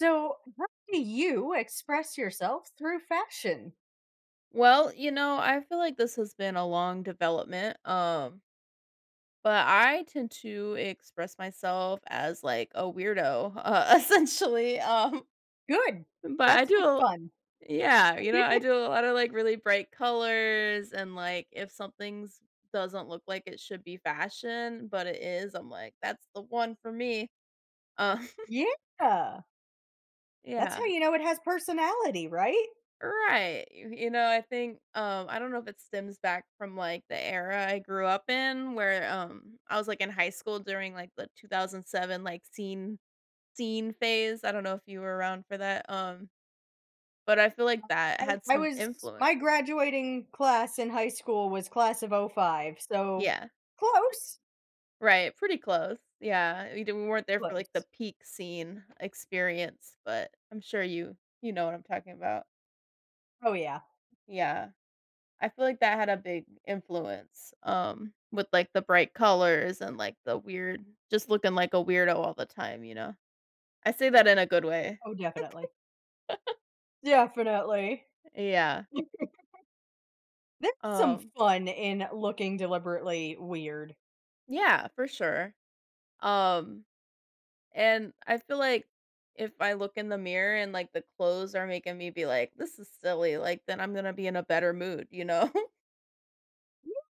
So, how do you express yourself through fashion? Well, you know, I feel like this has been a long development. But I tend to express myself as like a weirdo, essentially. Good. But I That's do, what's fun. yeah, you know, I do a lot of like really bright colors and like if something's doesn't look like it should be fashion, but it is, I'm like, that's the one for me. Um, Yeah. That's yeah. how you know it has personality, right? Right. You know, I think, I don't know if it stems back from, like, the era I grew up in where, I was, like, in high school during, like, the 2007, like, scene phase. I don't know if you were around for that, but I feel like that had I some was, influence. my graduating class in high school was class of oh 05. So, Yeah. close. Right, pretty close. Yeah, we weren't there for, like, the Close. peak scene experience, but I'm sure you know what I'm talking about. Oh, yeah. Yeah. I feel like that had a big influence, with, like, the bright colors and, like, the weird just looking like a weirdo all the time, you know? I say that in a good way. Oh, definitely. Definitely. Yeah. There's some Um, fun in looking deliberately weird. yeah, for sure. Um, and I feel like if I look in the mirror and, like, the clothes are making me be like, "This is silly," like, then I'm gonna be in a better mood, you know?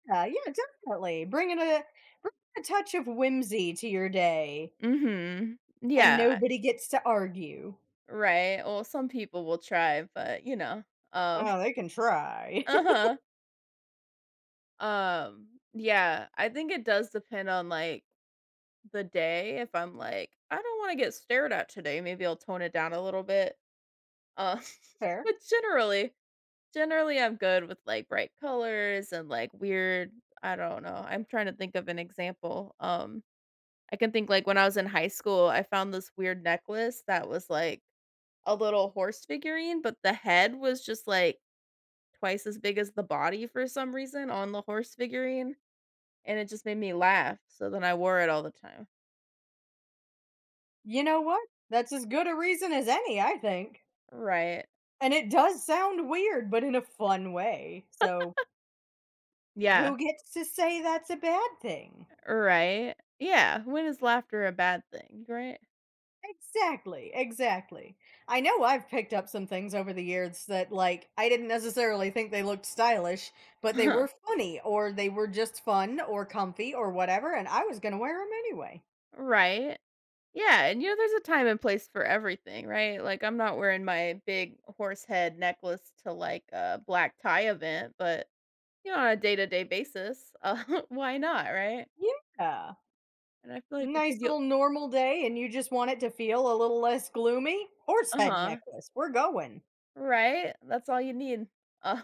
Yeah, yeah, definitely. Bringing a touch of whimsy to your day. Mhm. And Yeah. nobody gets to argue. Right. Well, some people will try, but, you know, um "Oh, they can try." Uh-huh. Um, yeah, I think it does depend on, like, the day. If I'm like, "I don't wanna get stared at today," maybe I'll tone it down a little bit. Uh, Fair. but generally, I'm good with, like, bright colors and, like, weird I don't know, I'm trying to think of an example. I can think, like, when I was in high school, I found this weird necklace that was, like, a little horse figurine, but the head was just, like, twice as big as the body for some reason on the horse figurine. And it just made me laugh, so then I wore it all the time. You know what? That's as good a reason as any, I think. Right. And it does sound weird, but in a fun way. So, Yeah. who gets to say that's a bad thing? Right. Yeah, when is laughter a bad thing, right? Exactly, exactly. I know I've picked up some things over the years that, like, I didn't necessarily think they looked stylish, but they Huh. were funny, or they were just fun, or comfy, or whatever, and I was gonna wear them anyway. Right. Yeah, and, you know, there's a time and place for everything, right? Like, I'm not wearing my big horse head necklace to, like, a black tie event, but, you know, on a day-to-day basis, why not, right? Yeah. And I feel like we Nice could do little normal day, and you just want it to feel a little less gloomy? Horse head Uh-huh. necklace. We're going. Right? That's all you need. Uh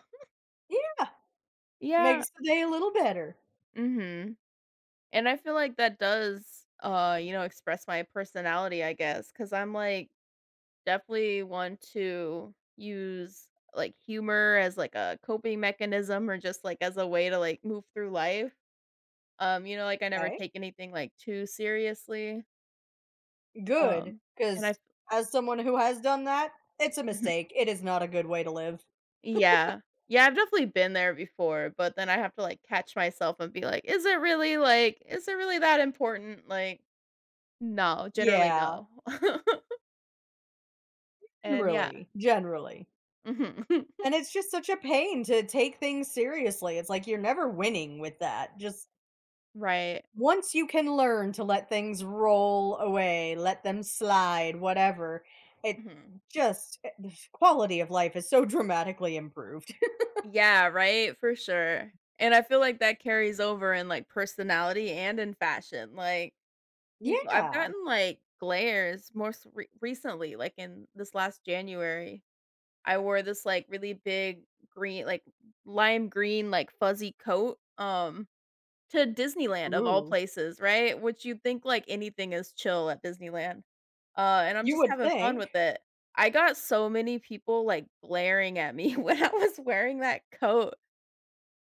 Yeah, Yeah. makes the day a little better. Mhm. And I feel like that does, you know, express my personality, I guess, because 'cause I'm, like, definitely want to use, like, humor as, like, a coping mechanism or just, like, as a way to, like, move through life. You know, like, I never Okay, take anything, like, too seriously, good. um, and I Because as someone who has done that, it's a Mhm. mistake. It is not a good way to live. Yeah. Yeah, I've definitely been there before, but then I have to, like, catch myself and be like, "Is it really, like is it really that important?" Like, no, generally Yeah, no. And yeah. Generally. Mhm. And it's just such a pain to take things seriously. It's like you're never winning with that. Just Right. Once you can learn to let things roll away, let them slide, whatever, it Mhm. The quality of life is so dramatically improved. Yeah, right? For sure. And I feel like that carries over in, like, personality and in fashion, like, people I've Yeah. gotten, like, glares most re recently, like, in this last January, I wore this, like, really big green like, lime green, like, fuzzy coat, To Disneyland of all Ooh. places, right? Which you'd think, like, anything is chill at Disneyland. And I'm You just would having fun think. with it. I got so many people, like, glaring at me when I was wearing that coat,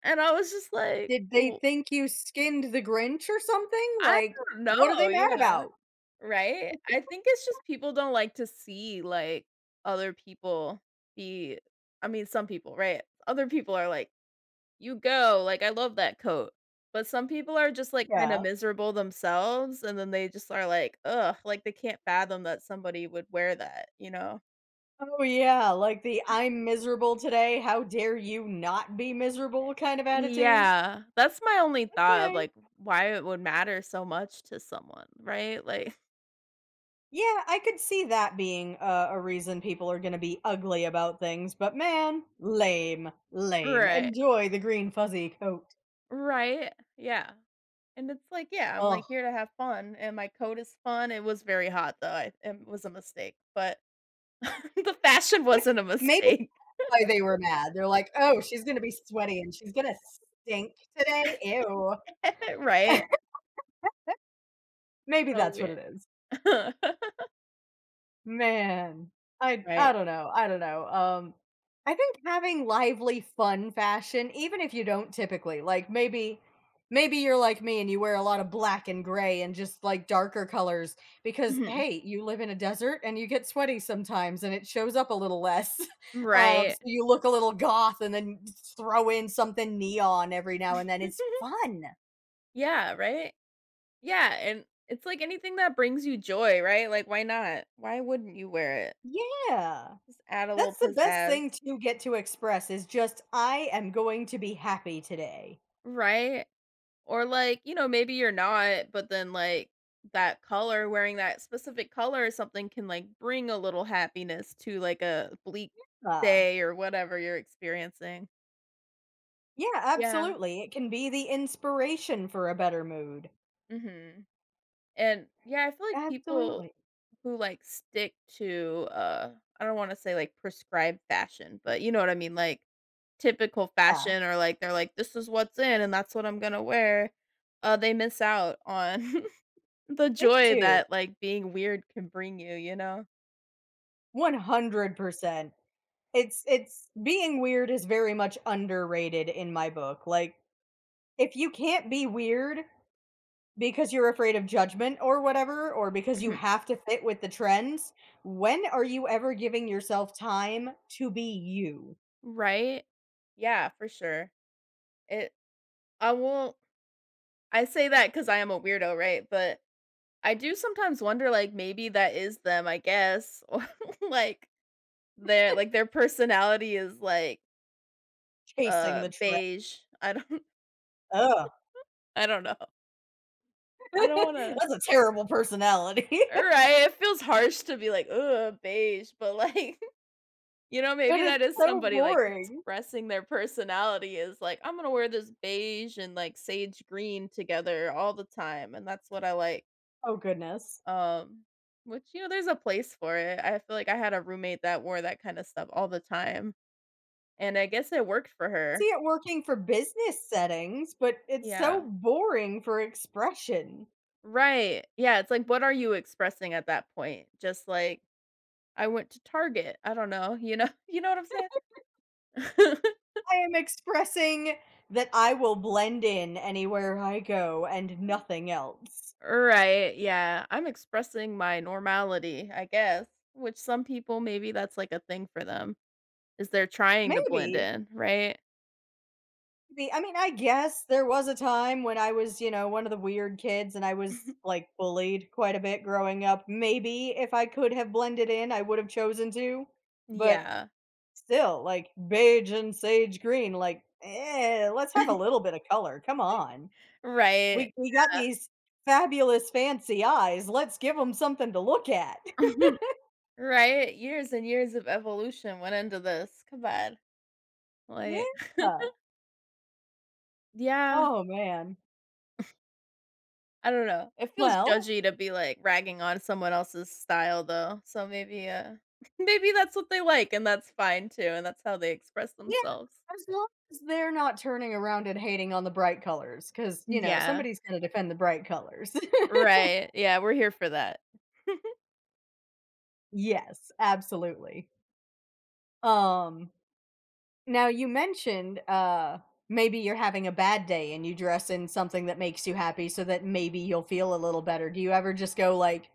and I was just like, Did they "W think you skinned the Grinch or something? I Like, don't what are know." they mad Yeah, about? right? I think it's just people don't like to see, like, other people be I mean, some people, right? Other people are, like, You go, like, I love that coat. But some people are just, like, kinda Yeah. miserable themselves, and then they just are like, "Ugh," like, they can't fathom that somebody would wear that, you know? Oh, yeah. Like the I'm miserable today. How dare you not be miserable Eh kind of attitude? Yeah, that's my only thought of, Okay. like, why it would matter so much to someone, right? Like Yeah, I could see that being a reason people are going to be ugly about things, but man, lame, lame. Right, Enjoy the green fuzzy coat. right, yeah, and it's like, yeah, I'm, Oh, like, here to have fun, and my coat is fun, it was very hot, though, I it was a mistake, but the fashion wasn't a maybe mistake, that's why they were mad. They're like, oh, she's going to be sweaty and she's going to stink today. Ew. right? Maybe So that's what it is. weird. Man, I Right. don't know, I don't know. I think having lively, fun fashion, even if you don't typically, like, maybe you're like me and you wear a lot of black and gray and just, like, darker colors because, Mhm. hey, you live in a desert and you get sweaty sometimes and it shows up a little less, Right. so you look a little goth and then throw in something neon every now and then, it's fun. Yeah, right? Yeah, and it's like anything that brings you joy, right? Like, why not? Why wouldn't you wear it? Yeah. Just add a little That's the best pizzazz. thing to get to express is just, "I am going to be happy today." Right? Or like, you know, maybe you're not, but then like that color, wearing that specific color or something can like bring a little happiness to like a bleak Uh, day or whatever you're experiencing. yeah, Yeah. absolutely. It can be the inspiration for a better mood. Mhm. And yeah, I feel like people Absolutely. who like stick to I don't want to say like prescribed fashion, but you know what I mean, like typical Yeah, fashion or like they're like this is what's in and that's what I'm going to wear. They miss out on the they joy do. that like being weird can bring you, you know? 100%. It's being weird is very much underrated in my book. Like, if you can't be weird because you're afraid of judgment or whatever, or because you Mhm. have to fit with the trends, when are you ever giving yourself time to be you? Right? Yeah, for sure. It I won't I say that cuz I am a weirdo, right? But I do sometimes wonder like maybe that is them, I guess. Or like like, their personality is, like, Chasing the trail. beige. I don't Ugh, I don't know. I don't wanna that's a terrible personality, Right, it feels harsh to be like, "Ugh, beige," but, like, you know, but maybe that it's is so somebody, like, boring. expressing their personality is like, "I'm gonna wear this beige and, like, sage green together all the time, and that's what I like." Oh, goodness. Um, which, you know, there's a place for it. I feel like I had a roommate that wore that kinda stuff all the time, and I guess it worked for See her. it working for business settings, but it's so Yeah. boring for expression. Right. Yeah, it's like, what are you expressing at that point? Just like, "I went to Target." I don't know, you know you know what I'm saying? I am expressing that I will blend in anywhere I go and nothing else. Right, yeah. I'm expressing my normality, I guess, which some people, maybe that's like a thing for them, is they're trying to blend Maybe in, right? Maybe. I mean, I guess there was a time when I was, you know, one of the weird kids and I was like bullied quite a bit growing up. Maybe if I could have blended in, I would have chosen to. But Yeah. still, like beige and sage green, like, eh, let's have a little bit of color. Come on. Right. We got these fabulous fancy eyes. Let's give them something to look at. Right? Years and years of evolution went into this. Come on. Like yeah. Yeah. Oh man. I don't know. It feels Well, judgy to be, like, ragging on someone else's style though, so maybe, maybe that's what they like, and that's fine too, and that's how they express yeah, themselves. as long as they're not turning around and hating on the bright colors, because you know, Yeah. somebody's gonna defend the bright colors. Right. Yeah, we're here for that. Yes, absolutely. Um, now you mentioned, maybe you're having a bad day and you dress in something that makes you happy so that maybe you'll feel a little better. Do you ever just go, like,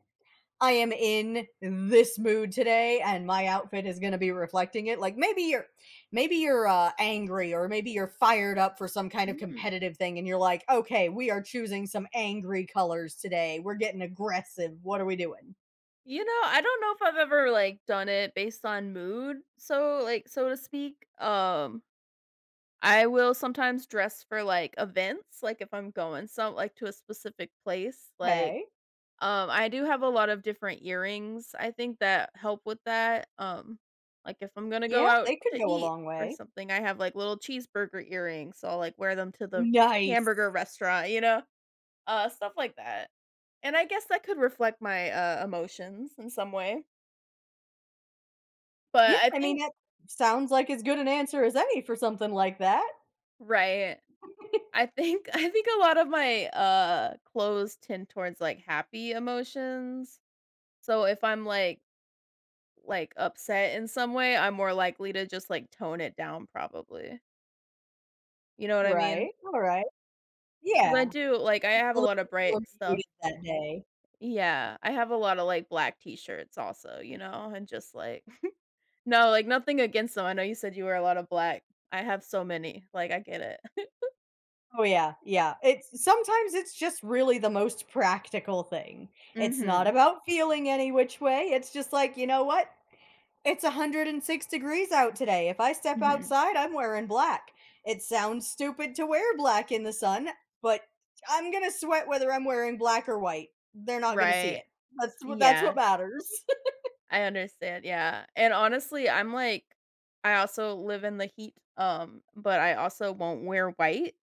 I am in this mood today and my outfit is going to be reflecting it. Like maybe you're angry or maybe you're fired up for some kind of Mm. competitive thing and you're like, "Okay, we are choosing some angry colors today. We're getting aggressive. What are we doing?" You know, I don't know if I've ever, like, done it based on mood, so like, so to speak. I will sometimes dress for, like, events, like, if I'm going some like, to a specific place, like Okay. I do have a lot of different earrings, I think that help with that, like, if I'm gonna go Yeah, out they could to go a eat long or way. something, I have, like, little cheeseburger earrings, so I'll, like, wear them to the Nice. hamburger restaurant, you know? Stuff like that. And I guess that could reflect my, emotions in some way, but Yeah, I I mean think that sounds like as good an answer as any for something like that. Right. I think I think a lot of my, clothes tend towards, like, happy emotions, so if I'm, like, upset in some way, I'm more likely to just, like, tone it down probably. You know what I mean? Right. All right. Because I Yeah. do like, I Just a have a little lot of more bright stuff. muted that day. Yeah, I have a lot of, like, black t-shirts also, you know, and just, like no, like, nothing against them. I know you said you wear a lot of black. I have so many, like, I get it. Oh yeah. It's sometimes it's just really the most practical thing. It's not Mhm, about feeling any which way. It's just like, you know what? It's 106 degrees out today. If I step mhm. outside, I'm wearing black. It sounds stupid to wear black in the sun, but I'm going to sweat whether I'm wearing black or white. They're not going to see Right. it. That's what that's Yeah. what matters. I understand, yeah, and honestly, I'm like I also live in the heat, but I also won't wear white,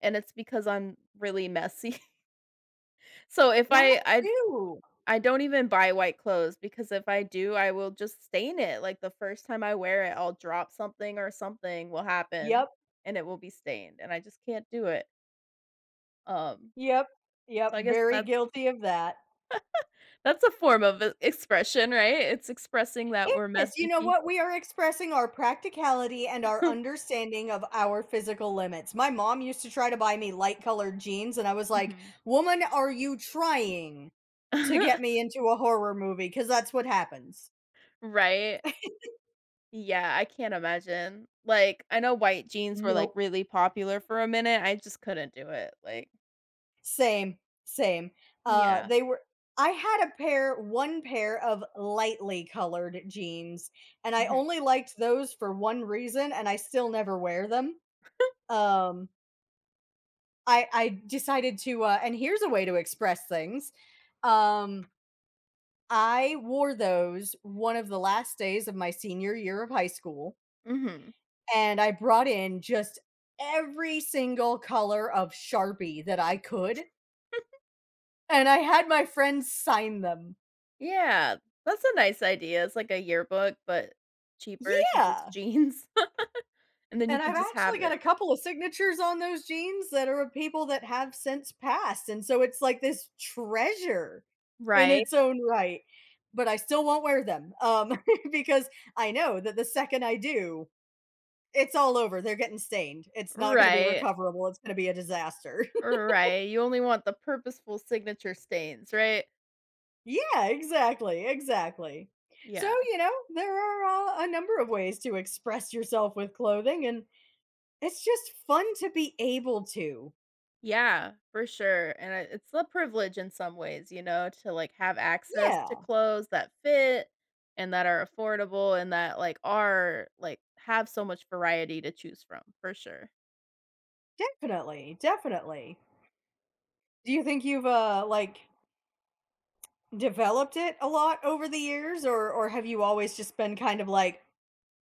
and it's because I'm really messy. So if That I too. I don't even buy white clothes because if I do, I will just stain it, like, the first time I wear it, I'll drop something or something will happen, Yep, and it will be stained, and I just can't do it. Um, yep, yep, so I guess very guilty of that. that's a form of e expression, right? It's expressing that It we're is. You messy know what? people. We are expressing our practicality and our understanding of our physical limits. My mom used to try to buy me light colored jeans, and I was like, Mhm. Woman, are you trying to get me into a horror movie? Because that's what happens. Right? Yeah, I can't imagine. Like, I know white jeans were, like, Nope. really popular for a minute, I just couldn't do it, like Same, same. Yeah. They were. I had a pair, one pair of lightly colored jeans, and I Mhm, only liked those for one reason, and I still never wear them. Um, I decided to and here's a way to express things. Um I wore those one of the last days of my senior year of high school mhm. and I brought in just every single color of Sharpie that I could and I had my friends sign them. Yeah, that's a nice idea, it's like a yearbook, but cheaper because it's Yeah. jeans, and then you And can I've just actually have got it. a couple of signatures on those jeans that are of people that have since passed, and so it's like this treasure in Right, its own right, but I still won't wear them, because I know that the second I do, it's all over, they're getting stained, it's not gonna be right, recoverable, it's gonna be a disaster. right, you only want the purposeful signature stains, right? Yeah, exactly, exactly. So, Yeah. you know, there are, a number of ways to express yourself with clothing, and it's just fun to be able to. Yeah, for sure, and I it's a privilege in some ways, you know, to, like, have access to Yeah. clothes that fit and that are affordable and that, like, are like, have so much variety to choose from, for sure. Definitely, definitely. Do you think you've, like, developed it a lot over the years, or have you always just been kind of like,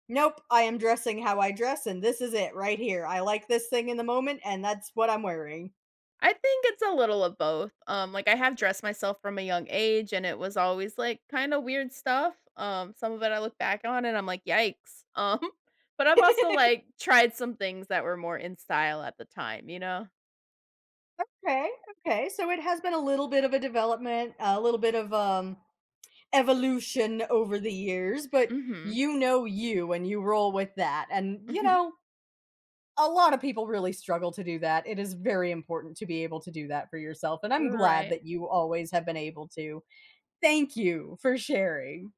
"Nope, I am dressing how I dress, and this is it right here. I like this thing in the moment, and that's what I'm wearing." I think it's a little of both, like, I have dressed myself from a young age, and it was always, like, kinda weird stuff, some of it I look back on and I'm like, "Yikes," but I've also, like, tried some things that were more in style at the time, you know? Okay, okay, so it has been a little bit of a development, a little bit of, evolution over the years, but Mhm, you know you, and you roll with that, and, you mhm, know, a lot of people really struggle to do that. It is very important to be able to do that for yourself. And I'm glad right. that you always have been able to. Thank you for sharing.